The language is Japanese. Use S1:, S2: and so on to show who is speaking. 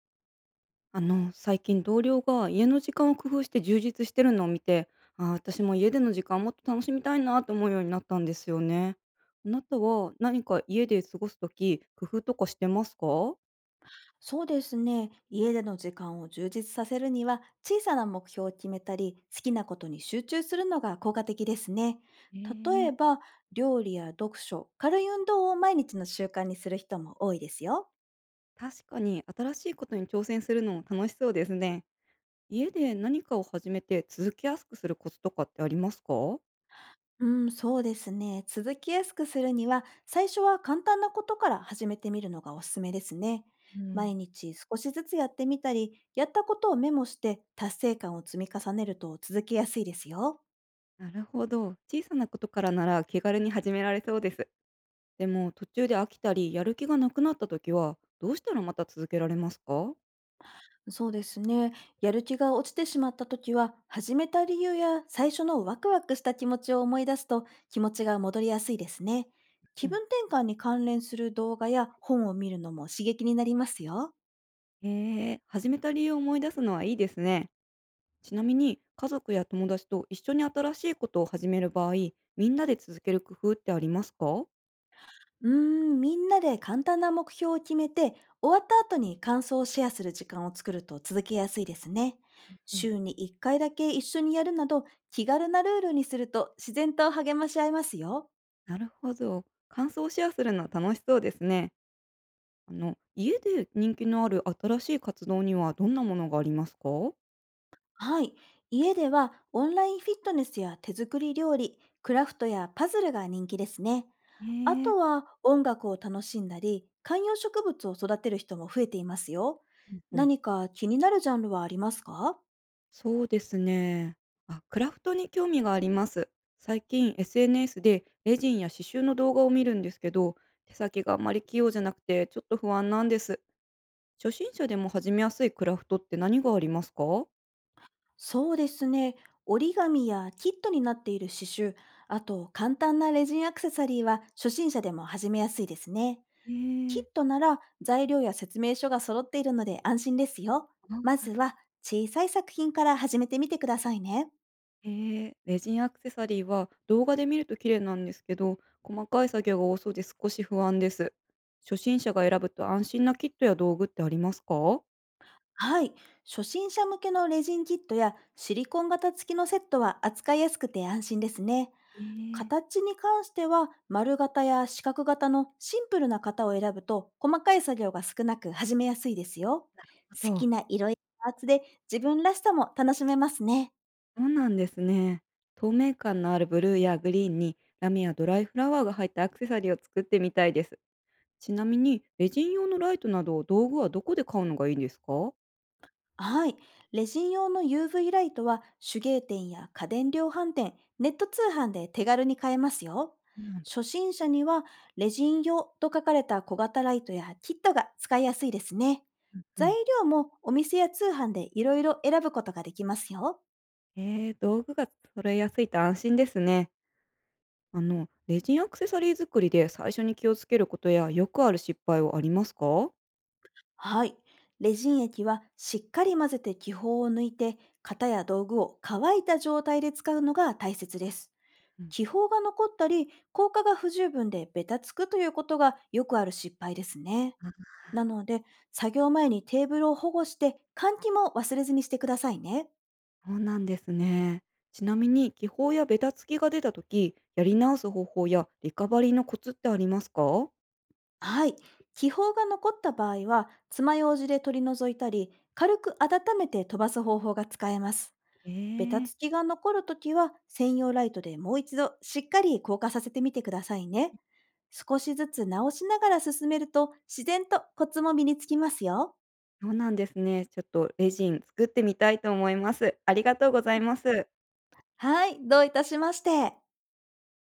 S1: 最近同僚が家の時間を工夫して充実してるのを見て、ああ、私も家での時間もっと楽しみたいなと思うようになったんですよね。あなたは何か家で過ごすとき、工夫とかしてますか？
S2: そうですね。家での時間を充実させるには、小さな目標を決めたり、好きなことに集中するのが効果的ですね。
S1: え
S2: 例
S1: え。
S2: えば、料理や読書、軽い運動を毎日の習慣にする人も多いですよ。
S1: 確かに新しいことに挑戦するのも楽しそうですね。家で何かを始めて続けやすくするコツとかってありますか？
S2: うん、そうですね。続きやすくするには、最初は簡単なことから始めてみるのがおすすめですね。
S1: う
S2: 毎
S1: ん、
S2: 日少しずつやってみたり、やったことをメモして達成感を積み重ねると続けやすいですよ。
S1: なるほど。小さなことからなら気軽に始められそうです。でも途中で飽きたりやる気がなくなった時はどうしたらまた続けられますか？
S2: そうですね。やる気が落ちてしまった時は、始めた理由や最初のワクワクした気持ちを思い出すと気持ちが戻りやすいですね。
S1: う
S2: 気
S1: ん、
S2: 分転換に関連する動画や本を見るのも刺激になりますよ。
S1: へえ、始めた理由を思い出すのはいいですね。ちなみに家族や友達と一緒に新しいことを始める場合、みんなで続ける工夫ってありますか？
S2: うーん、みんなで簡単な目標を決めて、終わった後に感想をシェアする時間を作ると続けやすいですね。
S1: うん、
S2: 週に1回だけ一緒にやるなど、気軽なルールにすると自然と励まし合いますよ。
S1: なるほど。感想をシェアするのは楽しそうですね。家で人気のある新しい活動にはどんなものがありますか？
S2: はい。家ではオンラインフィットネスや手作り料理、クラフトやパズルが人気ですね。
S1: へ
S2: あ
S1: え、
S2: とは音楽を楽しんだり、観葉植物を育てる人も増えていますよ。
S1: うん、
S2: 何か気になるジャンルはありますか？
S1: そうですね。あ、クラフトに興味があります。最近 SNS でレジンや刺繍の動画を見るんですけど、手先があまり器用じゃなくてちょっと不安なんです。初心者でも始めやすいクラフトって何がありますか？
S2: そうですね。折り紙やキットになっている刺繍、あと簡単なレジンアクセサリーは初心者でも始めやすいですね。
S1: え
S2: キッ
S1: ー、
S2: トなら材料や説明書が揃っているので安心ですよ。
S1: あな
S2: まず
S1: る。
S2: は小さい作品から始めてみてくださいね。
S1: レジンアクセサリーは動画で見ると綺麗なんですけど、細かい作業が多そうで少し不安です。初心者が選ぶと安心なキットや道具ってありますか？
S2: はい。初心者向けのレジンキットやシリコン型付きのセットは扱いやすくて安心ですね。
S1: えー、
S2: 形に関しては丸型や四角型のシンプルな型を選ぶと細かい作業が少なく始めやすいですよ。
S1: あ
S2: 好
S1: と、
S2: きな色やパーツで自分らしさも楽しめますね。
S1: そうなんですね。透明感のあるブルーやグリーンにラメやドライフラワーが入ったアクセサリーを作ってみたいです。ちなみに、レジン用のライトなど道具はどこで買うのがいいんですか？
S2: はい。レジン用の UV ライトは手芸店や家電量販店、ネット通販で手軽に買えますよ。
S1: そうなんだ。
S2: 初心者にはレジン用と書かれた小型ライトやキットが使いやすいですね。
S1: う
S2: 材
S1: ん。
S2: 料もお店や通販でいろいろ選ぶことができますよ。
S1: えー、道具が揃えやすいと安心ですね。レジンアクセサリー作りで最初に気をつけることやよくある失敗はありますか？
S2: はい。レジン液はしっかり混ぜて気泡を抜いて、型や道具を乾いた状態で使うのが大切です。
S1: うん、
S2: 気泡が残ったり、効果が不十分でベタつくということがよくある失敗ですね。
S1: あ、
S2: なので、作業前にテーブルを保護して、換気も忘れずにしてくださいね。
S1: そうなんですね。ちなみに、気泡やベタつきが出たとき、やり直す方法やリカバリーのコツってありますか？
S2: はい。気泡が残った場合は、爪楊枝で取り除いたり、軽く温めて飛ばす方法が使えます。
S1: え
S2: ベタ
S1: え。
S2: つきが残るときは、専用ライトでもう一度しっかり硬化させてみてくださいね。少しずつ直しながら進めると、自然とコツも身につきますよ。
S1: そうなんですね。ちょっとレジン作ってみたいと思います。ありがとうございます。
S2: はい、どういたしまして。